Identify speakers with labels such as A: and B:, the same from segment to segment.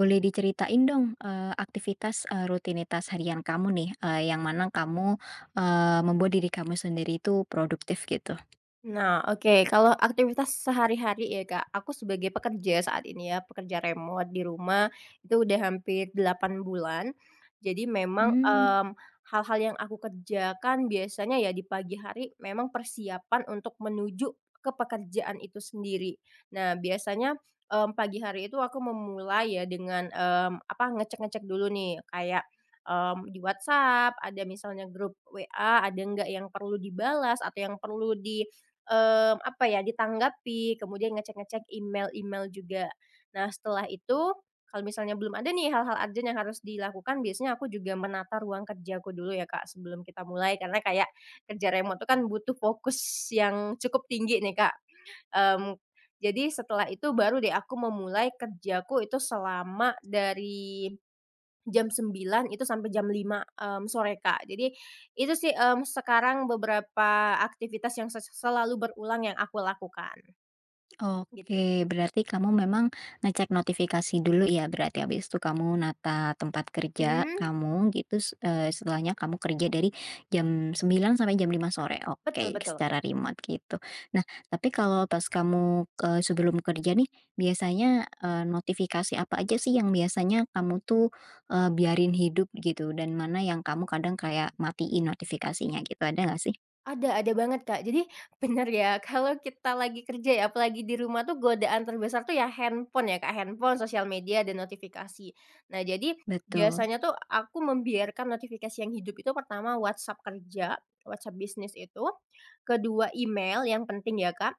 A: Boleh diceritain dong, aktivitas, rutinitas harian kamu nih, yang mana kamu, membuat diri kamu sendiri itu produktif gitu?
B: Nah, oke. Kalau aktivitas sehari-hari ya, Kak, aku sebagai pekerja saat ini ya, pekerja remote di rumah itu udah hampir 8 bulan. Jadi memang,
A: Mmm.
B: hal-hal yang aku kerjakan biasanya ya di pagi hari memang persiapan untuk menuju ke pekerjaan itu sendiri. Nah, biasanya, pagi hari itu aku memulai ya dengan, ngecek-ngecek dulu nih kayak, di WhatsApp ada misalnya grup WA ada nggak yang perlu dibalas atau yang perlu di ditanggapi, kemudian ngecek-ngecek email-email juga. Nah, setelah itu kalau misalnya belum ada nih hal-hal urgent yang harus dilakukan, biasanya aku juga menata ruang kerjaku dulu ya, Kak, sebelum kita mulai. Karena kayak kerja remote itu kan butuh fokus yang cukup tinggi nih, Kak. Mmm, jadi setelah itu baru deh aku memulai kerjaku itu selama dari jam 9 itu sampai jam 5 sore, Kak. Jadi itu sih, sekarang beberapa aktivitas yang selalu berulang yang aku lakukan, gitu.
A: Oke, berarti kamu memang ngecek notifikasi dulu ya, berarti habis itu kamu nata tempat kerja
B: Mhm,
A: kamu gitu, setelahnya kamu kerja dari jam 9 sampai jam 5 sore,
B: betul
A: oke,
B: betul.
A: secara remote gitu. Nah, tapi kalau pas kamu, sebelum kerja nih, biasanya, notifikasi apa aja sih yang biasanya kamu tuh, biarin hidup gitu, dan mana yang kamu kadang kayak matiin notifikasinya gitu, ada nggak sih?
B: Ada banget, Kak. Jadi bener ya, kalau kita lagi kerja ya, apalagi di rumah tuh godaan terbesar tuh ya handphone ya, Kak, handphone, sosial media, dan notifikasi. Nah, jadi
A: Betul,
B: biasanya tuh aku membiarkan notifikasi yang hidup itu pertama WhatsApp kerja, WhatsApp bisnis itu, kedua email yang penting ya, Kak,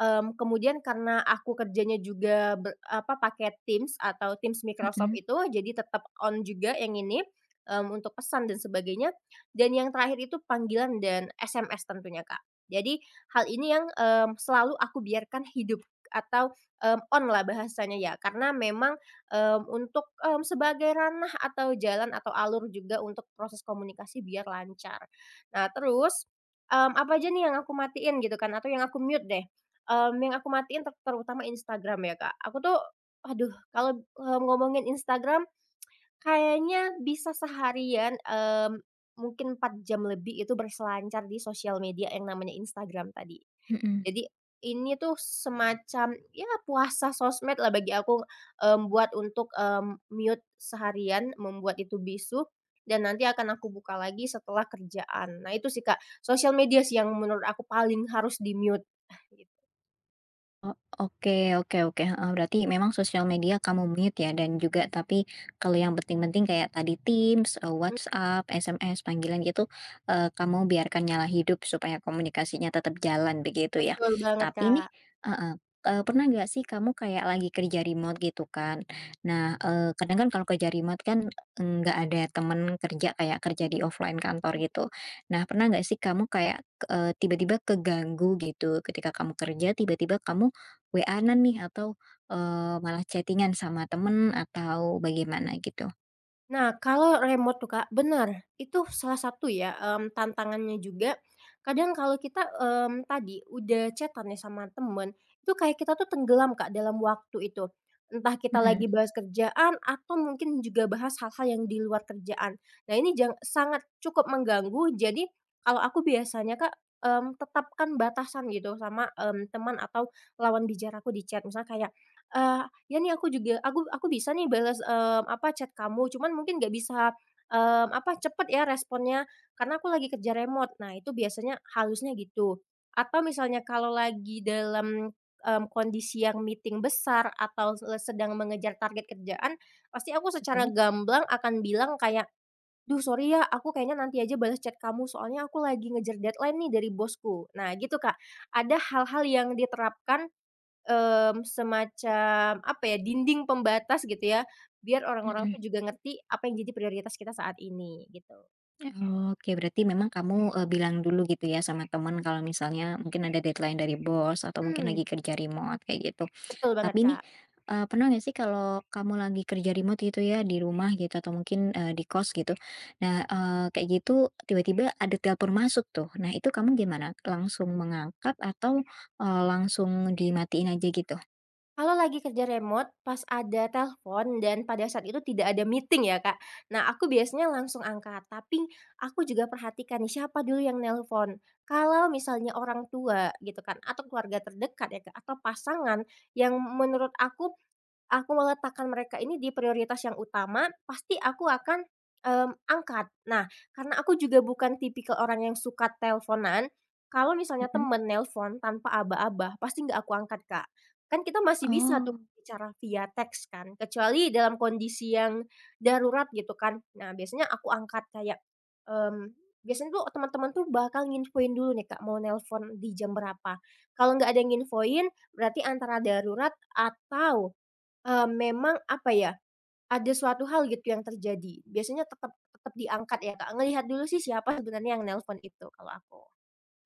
B: kemudian karena aku kerjanya juga pakai Teams atau Teams Microsoft
A: mhm,
B: itu, jadi tetap on juga yang ini, untuk pesan dan sebagainya. Dan yang terakhir itu panggilan dan SMS tentunya, Kak. Jadi hal ini yang, selalu aku biarkan hidup atau, on lah bahasanya ya, karena memang, untuk, sebagai ranah atau jalan atau alur juga untuk proses komunikasi biar lancar. Nah terus, apa aja nih yang aku matiin gitu kan atau yang aku mute deh, yang aku matiin terutama Instagram ya, Kak. Aku tuh aduh kalau, ngomongin Instagram kayaknya bisa seharian, mungkin 4 jam lebih itu berselancar di sosial media yang namanya Instagram tadi.
A: mhm.
B: Jadi ini tuh semacam, ya puasa sosmed lah bagi aku, buat untuk, mute seharian, membuat itu bisu, dan nanti akan aku buka lagi setelah kerjaan. Nah itu sih, Kak, sosial media sih yang menurut aku paling harus di-mute. Gitu.
A: Oh, oke, oke, oke, heeh, berarti memang sosial media kamu mute ya, dan juga tapi kalau yang penting-penting kayak tadi Teams,
B: Mmm,
A: WhatsApp, SMS, panggilan gitu, kamu biarkan nyala hidup supaya komunikasinya tetap jalan begitu ya.
B: betul banget,
A: Tapi nih,
B: Kak.
A: heeh, pernah nggak sih kamu kayak lagi kerja remote gitu kan. Nah, kadang kan kalau kerja remote kan nggak ada temen kerja kayak kerja di offline kantor
B: Mhm.
A: gitu. Nah, pernah nggak sih kamu kayak, tiba-tiba keganggu gitu ketika kamu kerja tiba-tiba kamu WA-an nih atau, malah chattingan sama temen atau bagaimana gitu?
B: Nah, kalau remote tuh, Kak, bener, itu salah satu ya, tantangannya juga. Kadang kalau kita, tadi udah chatan nih sama temen, itu kayak kita tuh tenggelam, Kak, dalam waktu itu. Entah kita
A: Mhm.
B: lagi bahas kerjaan atau mungkin juga bahas hal-hal yang di luar kerjaan. Nah, ini sangat cukup mengganggu. Jadi, kalau aku biasanya, Kak, tetapkan batasan gitu sama, teman atau lawan bicaraku di chat. Misalnya kayak, "Ya nih aku juga aku bisa nih balas chat kamu, cuman mungkin nggak bisa, cepet ya responnya, karena aku lagi kerja remote." Nah, itu biasanya halusnya gitu. Atau misalnya kalau lagi dalam, kondisi yang meeting besar atau sedang mengejar target kerjaan, pasti aku secara
A: Betul.
B: gamblang akan bilang kayak, "Duh sorry ya, aku kayaknya nanti aja balas chat kamu, soalnya aku lagi ngejar deadline nih dari bosku." Nah gitu, Kak. Ada hal-hal yang diterapkan semacam apa ya, dinding pembatas gitu ya, biar orang-orang
A: Mhm.
B: tuh juga ngerti apa yang jadi prioritas kita saat ini gitu.
A: Oke, berarti memang kamu, bilang dulu gitu ya sama temen kalau misalnya mungkin ada deadline dari bos atau mungkin
B: Mhm,
A: lagi kerja remote kayak gitu.
B: betul banget,
A: Tapi nih,
B: Kak.
A: pernah nggak sih kalau kamu lagi kerja remote gitu ya di rumah gitu atau mungkin, di kos gitu. Nah, kayak gitu tiba-tiba ada telepon masuk tuh. Nah, itu kamu gimana? Langsung mengangkat atau, langsung dimatiin aja gitu?
B: Kalau lagi kerja remote, pas ada telepon dan pada saat itu tidak ada meeting ya, Kak. Nah, aku biasanya langsung angkat, tapi aku juga perhatikan nih siapa dulu yang nelpon. Kalau misalnya orang tua gitu kan, atau keluarga terdekat ya, Kak, atau pasangan yang menurut aku meletakkan mereka ini di prioritas yang utama, pasti aku akan, angkat. Nah, karena aku juga bukan tipikal orang yang suka teleponan, kalau misalnya
A: Mhm.
B: temen nelpon tanpa aba-aba, pasti nggak aku angkat, Kak. Kan kita masih bisa tuh
A: Oh,
B: bicara via teks kan, kecuali dalam kondisi yang darurat gitu kan. Nah, biasanya aku angkat kayak, mmm, biasanya tuh teman-teman tuh bakal nginfoin dulu nih, Kak, mau nelpon di jam berapa. Kalau nggak ada yang nginfoin, berarti antara darurat atau memang apa ya, ada suatu hal gitu yang terjadi, biasanya tetep tetep diangkat ya, Kak, ngelihat dulu sih siapa sebenarnya yang nelpon itu kalau aku.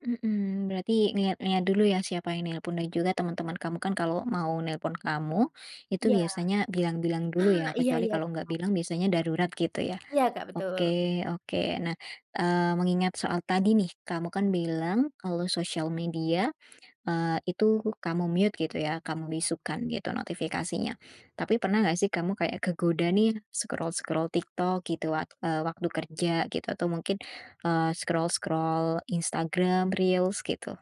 A: mhm, berarti ngelihat-ngelihat dulu ya siapa yang nelpon, dan juga teman-teman kamu kan kalau mau nelpon kamu, itu
B: Iya.
A: biasanya bilang-bilang dulu
B: Nah,
A: ya,
B: iya
A: kecuali
B: iya,
A: kalau nggak bilang biasanya darurat gitu ya.
B: iya, Kak, betul.
A: Oke, oke. Nah, mengingat soal tadi nih, kamu kan bilang kalau sosial media itu kamu mute gitu ya, kamu bisukan gitu notifikasinya. Tapi pernah nggak sih kamu kayak kegoda nih scroll-scroll TikTok gitu waktu kerja gitu atau mungkin, scroll-scroll Instagram Reels gitu,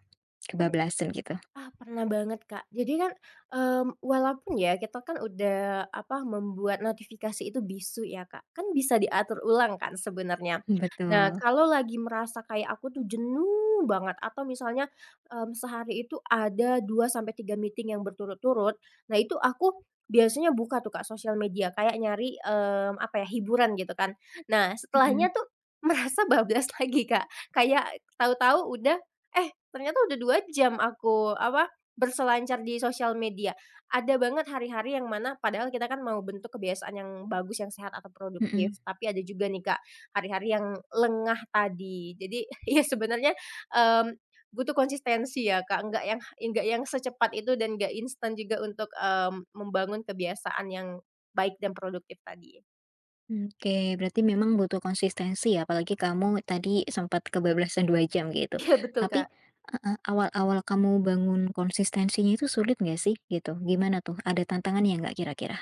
B: Per
A: kebablasan gitu?
B: Ah, pernah banget, Kak. Jadi kan, walaupun ya kita kan udah, apa, membuat notifikasi itu bisu ya, Kak, kan bisa diatur ulang kan sebenarnya. Nah,
A: Betul,
B: kalau lagi merasa kayak aku tuh jenuh banget atau misalnya, sehari itu ada 2 sampai 3 meeting yang berturut-turut, nah itu aku biasanya buka tuh, Kak, sosial media kayak nyari, apa ya, hiburan gitu kan. Nah,
A: mhm,
B: setelahnya tuh merasa bablas lagi, Kak, kayak tahu-tahu udah eh ternyata udah 2 jam aku, berselancar di sosial media. Ada banget hari-hari yang mana padahal kita kan mau bentuk kebiasaan yang bagus, yang sehat atau produktif,
A: mhm.
B: tapi ada juga nih, Kak, hari-hari yang lengah tadi. Jadi ya sebenarnya, mmm, butuh konsistensi ya, Kak, enggak yang secepat itu dan enggak instan juga untuk, membangun kebiasaan yang baik dan produktif tadi.
A: Oke, berarti memang butuh konsistensi ya, apalagi kamu tadi sempat kebablasan 2 jam gitu.
B: Iya, betul,
A: Tapi
B: Kak.
A: heeh, awal-awal kamu bangun konsistensinya itu sulit nggak sih gitu? Gimana tuh, ada tantangannya nggak kira-kira?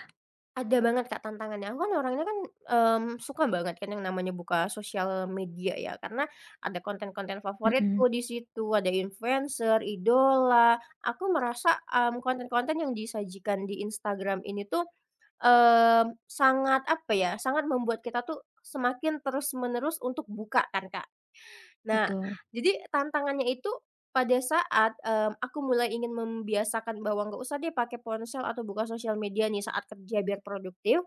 B: Ada banget Kak tantangannya, aku kan orangnya kan, suka banget kan yang namanya buka sosial media ya, karena ada konten-konten
A: Mhm,
B: favoritku di situ, ada influencer, idola. Aku merasa, konten-konten yang disajikan di Instagram ini tuh, sangat apa ya, sangat membuat kita tuh semakin terus-menerus untuk buka kan Kak. Nah,
A: betul.
B: jadi tantangannya itu pada saat, aku mulai ingin membiasakan bahwa nggak usah deh pakai ponsel atau buka sosial media nih saat kerja biar produktif.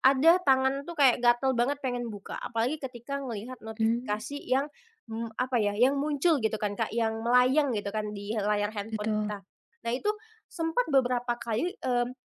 B: Ada, tangan tuh kayak gatel banget pengen buka, apalagi ketika ngelihat
A: Mmm,
B: notifikasi yang, apa ya, yang muncul gitu kan, Kak, yang melayang gitu kan di layar handphone
A: betul,
B: kita. Nah, itu sempat beberapa kali,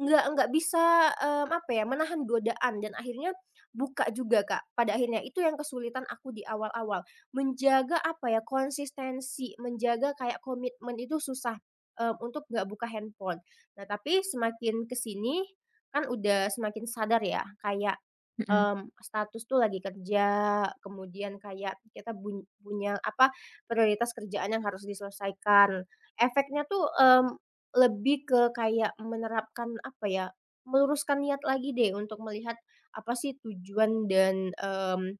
B: nggak bisa, apa ya, menahan godaan dan akhirnya buka juga, Kak, pada akhirnya. Itu yang kesulitan aku di awal-awal, menjaga apa ya, konsistensi, menjaga kayak komitmen itu susah, untuk nggak buka handphone. Nah, tapi semakin ke sini kan udah semakin sadar ya kayak,
A: mhm.
B: status tuh lagi kerja, kemudian kayak kita punya, apa, prioritas kerjaan yang harus diselesaikan. Efeknya tuh, lebih ke kayak menerapkan, apa ya, meluruskan niat lagi deh untuk melihat apa sih tujuan dan,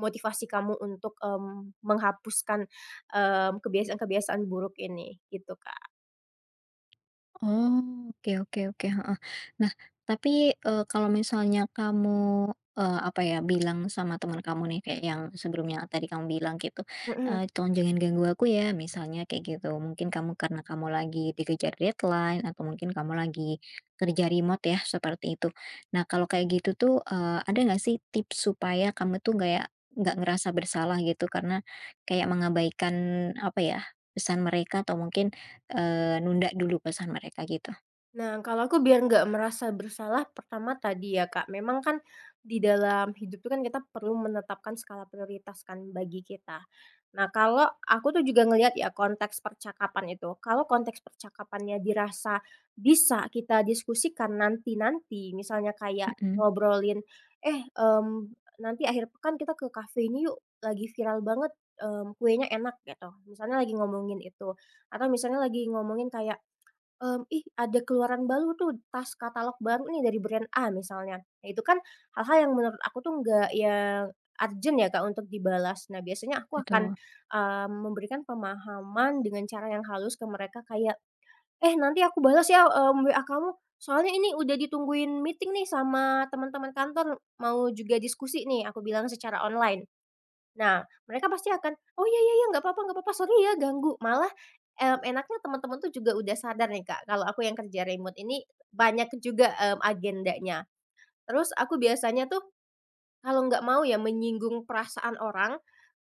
B: motivasi kamu untuk, menghapuskan, kebiasaan-kebiasaan buruk ini, gitu, Kak.
A: Oh, oke, oke, oke, heeh. Nah, tapi, kalau misalnya kamu, apa ya, bilang sama teman kamu nih kayak yang sebelumnya tadi kamu bilang gitu,
B: Mhm.
A: "Tolong jangan ganggu aku ya," misalnya kayak gitu. Mungkin kamu karena kamu lagi dikejar deadline atau mungkin kamu lagi kerja remote ya, seperti itu. Nah, kalau kayak gitu tuh, ada nggak sih tips supaya kamu tuh kayak nggak ngerasa bersalah gitu karena kayak mengabaikan, apa ya, pesan mereka atau mungkin nunda dulu pesan mereka gitu.
B: Nah, kalau aku biar nggak merasa bersalah, pertama tadi ya, Kak, memang kan di dalam hidup itu kan kita perlu menetapkan skala prioritas kan bagi kita. Nah, kalau aku tuh juga ngelihat ya konteks percakapan itu. Kalau konteks percakapannya dirasa bisa kita diskusikan nanti-nanti, misalnya kayak
A: Mhm,
B: ngobrolin, "Eh, nanti akhir pekan kita ke kafe ini yuk, lagi viral banget, kuenya enak," gitu. Misalnya lagi ngomongin itu, atau misalnya lagi ngomongin kayak "Ih, ada keluaran baru tuh, tas katalog baru nih dari brand A," misalnya. Nah, itu kan hal-hal yang menurut aku tuh nggak yang urgent ya, Kak, untuk dibalas. Nah, biasanya aku akan,
A: betul.
B: memberikan pemahaman dengan cara yang halus ke mereka kayak, "Eh, nanti aku balas ya, WA kamu, soalnya ini udah ditungguin meeting nih sama teman-teman kantor, mau juga diskusi nih," aku bilang secara online. Nah, mereka pasti akan, "Oh, iya iya ya, nggak apa-apa, sorry ya ganggu." Malah, enaknya teman-teman tuh juga udah sadar nih, Kak, kalau aku yang kerja remote ini banyak juga, agendanya. Terus aku biasanya tuh kalau nggak mau ya menyinggung perasaan orang,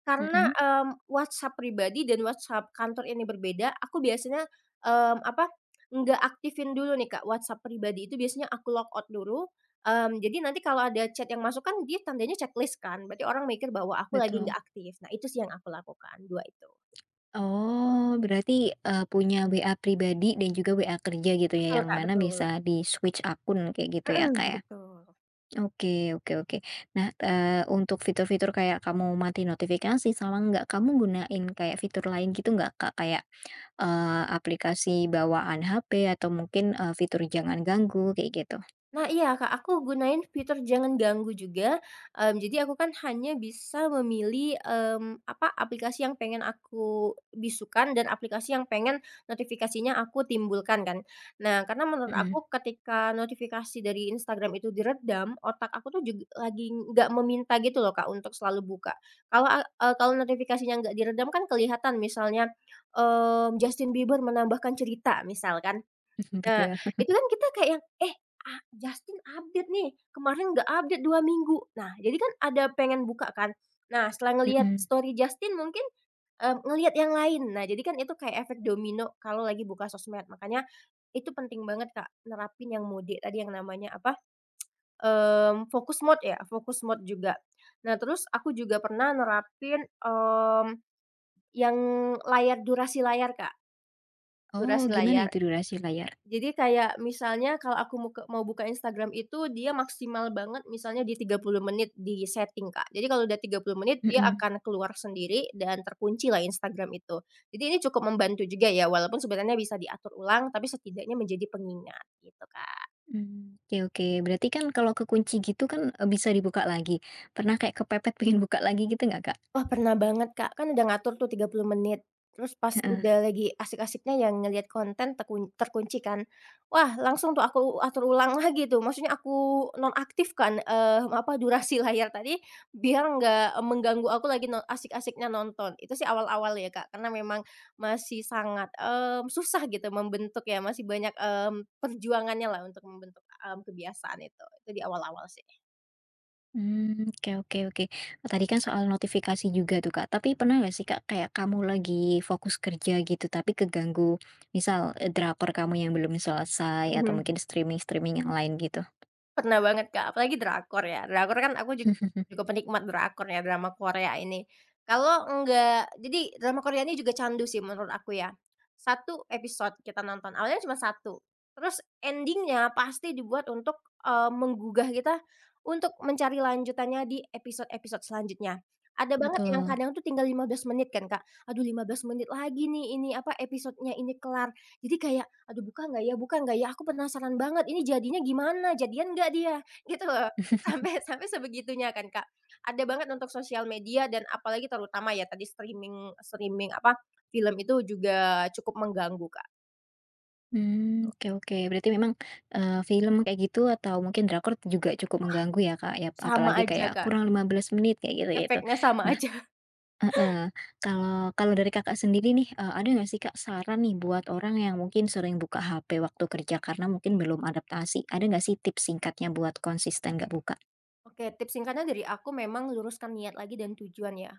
B: karena,
A: Mhm,
B: WhatsApp pribadi dan WhatsApp kantor ini berbeda, aku biasanya, mmm, apa, nggak aktifin dulu nih, Kak, WhatsApp pribadi itu biasanya aku log out dulu, jadi nanti kalau ada chat yang masuk kan dia tandanya checklist kan, berarti orang mikir bahwa aku lagi nggak
A: betul.
B: aktif. Nah, itu sih yang aku lakukan, dua itu.
A: Oh, berarti, punya WA pribadi dan juga WA kerja gitu ya,
B: Betul,
A: yang
B: Kak,
A: mana
B: betul.
A: bisa di-switch akun kayak gitu ya,
B: Mhm,
A: Kak, ya?
B: betul.
A: Oke, oke, oke. Nah, untuk fitur-fitur kayak kamu mati notifikasi sama nggak, kamu gunain kayak fitur lain gitu nggak, Kak? Kayak, aplikasi bawaan HP atau mungkin, fitur jangan ganggu kayak gitu?
B: Nah iya, Kak, aku gunain fitur jangan ganggu juga, jadi aku kan hanya bisa memilih, aplikasi yang pengen aku bisukan dan aplikasi yang pengen notifikasinya aku timbulkan kan. Nah, karena menurut
A: Mhm,
B: aku ketika notifikasi dari Instagram itu diredam, otak aku tuh juga lagi nggak meminta gitu loh, Kak, untuk selalu buka. Kalau notifikasinya nggak diredam kan kelihatan misalnya, Justin Bieber menambahkan cerita misal kan, nah,
A: betul.
B: itu kan kita kayak yang, "Eh, ah, Justin update nih, kemarin nggak update 2 minggu." Nah, jadi kan ada pengen buka kan. Nah, setelah ngelihat
A: Mhm.
B: story Justin mungkin, ngelihat yang lain. Nah, jadi kan itu kayak efek domino kalau lagi buka sosmed. Makanya itu penting banget, Kak, nerapin yang mode tadi yang namanya apa, focus mode ya, fokus mode juga. Nah, terus aku juga pernah nerapin, yang durasi layar, Kak,
A: Oh,
B: durasi
A: gimana
B: layar.
A: itu durasi layar?
B: Jadi kayak misalnya kalau aku mau buka Instagram itu dia maksimal banget misalnya di 30 menit di-setting, Kak. Jadi kalau udah 30 menit dia
A: Mhm.
B: akan keluar sendiri dan terkunci lah Instagram itu. Jadi ini cukup membantu juga ya, walaupun sebenarnya bisa diatur ulang, tapi setidaknya menjadi pengingat, gitu, Kak.
A: Mmm, oke, oke. Berarti kan kalau kekunci gitu kan, bisa dibuka lagi. Pernah kayak kepepet pengen buka lagi gitu nggak, Kak?
B: Wah, pernah banget, Kak. Kan udah ngatur tuh 30 menit, terus pas
A: Heeh.
B: udah lagi asik-asiknya yang ngelihat konten terkunci kan. Wah, langsung tuh aku atur ulang lagi tuh, maksudnya aku nonaktifkan, durasi layar tadi biar nggak mengganggu aku lagi no asik-asiknya nonton. Itu sih awal-awal ya, Kak, karena memang masih sangat, susah gitu membentuk ya, masih banyak, perjuangannya lah untuk membentuk, kebiasaan itu. Itu di awal-awal sih.
A: Mmm, oke, oke, oke. Oh, tadi kan soal notifikasi juga tuh, Kak. Tapi pernah nggak sih, Kak, kayak kamu lagi fokus kerja gitu, tapi keganggu misal, drakor kamu yang belum selesai atau mungkin streaming-streaming yang lain gitu?
B: Pernah banget, Kak, apalagi drakor ya, drakor kan aku jug juga penikmat drakor ya, drama Korea ini. Kalau enggak jadi drama Korea ini juga candu sih menurut aku ya. Satu episode kita nonton, awalnya cuma satu, terus endingnya pasti dibuat untuk, menggugah kita untuk mencari lanjutannya di episode-episode selanjutnya. Ada banget yang
A: Betul.
B: kadang tuh tinggal 15 menit kan, Kak, "Aduh 15 menit lagi nih ini, apa, episodenya ini kelar." Jadi kayak "Aduh buka nggak ya buka nggak ya? Aku penasaran banget ini jadinya gimana? Jadian nggak dia?" Gitu loh. Sampai sampai sebegitunya kan, Kak. Ada banget untuk sosial media dan apalagi terutama ya tadi streaming streaming apa, film itu juga cukup mengganggu, Kak.
A: Hmm, oke, oke. Berarti memang, film kayak gitu atau mungkin drakor juga cukup mengganggu ya, Kak, ya?
B: Sama
A: Apalagi
B: aja,
A: kayak
B: Kak.
A: kurang 15 menit kayak gitu-gitu.
B: Efeknya sama
A: Nah
B: aja.
A: heeh, kalau kalau dari Kakak sendiri nih, ada nggak sih, Kak, saran nih buat orang yang mungkin sering buka HP waktu kerja karena mungkin belum adaptasi? Ada nggak sih tips singkatnya buat konsisten nggak buka?
B: Oke, tips singkatnya dari aku memang luruskan niat lagi dan tujuan ya.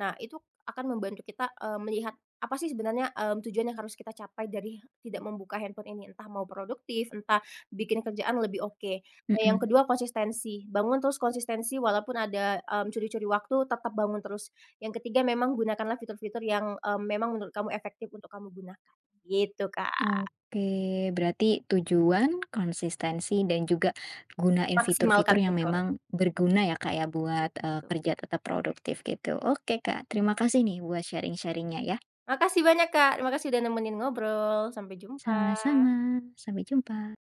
B: Nah, itu akan membantu kita, melihat apa sih sebenarnya, tujuan yang harus kita capai dari tidak membuka handphone ini, entah mau produktif, entah bikin kerjaan lebih oke. Nah, yang
A: Mhm.
B: kedua konsistensi, bangun terus konsistensi walaupun ada, curi-curi waktu tetap bangun terus. Yang ketiga memang gunakanlah fitur-fitur yang, memang menurut kamu efektif untuk kamu gunakan, gitu, Kak.
A: Oke, berarti tujuan, konsistensi, dan juga gunain
B: Maksimalkan
A: fitur-fitur yang
B: fitur
A: memang berguna ya Kak ya buat,
B: itu.
A: kerja tetap produktif gitu. Oke Kak, terima kasih nih buat sharing sharingnya ya.
B: Makasih banyak, Kak, terima kasih udah nemenin ngobrol, sampai
A: Sama-sama,
B: jumpa.
A: sampai jumpa.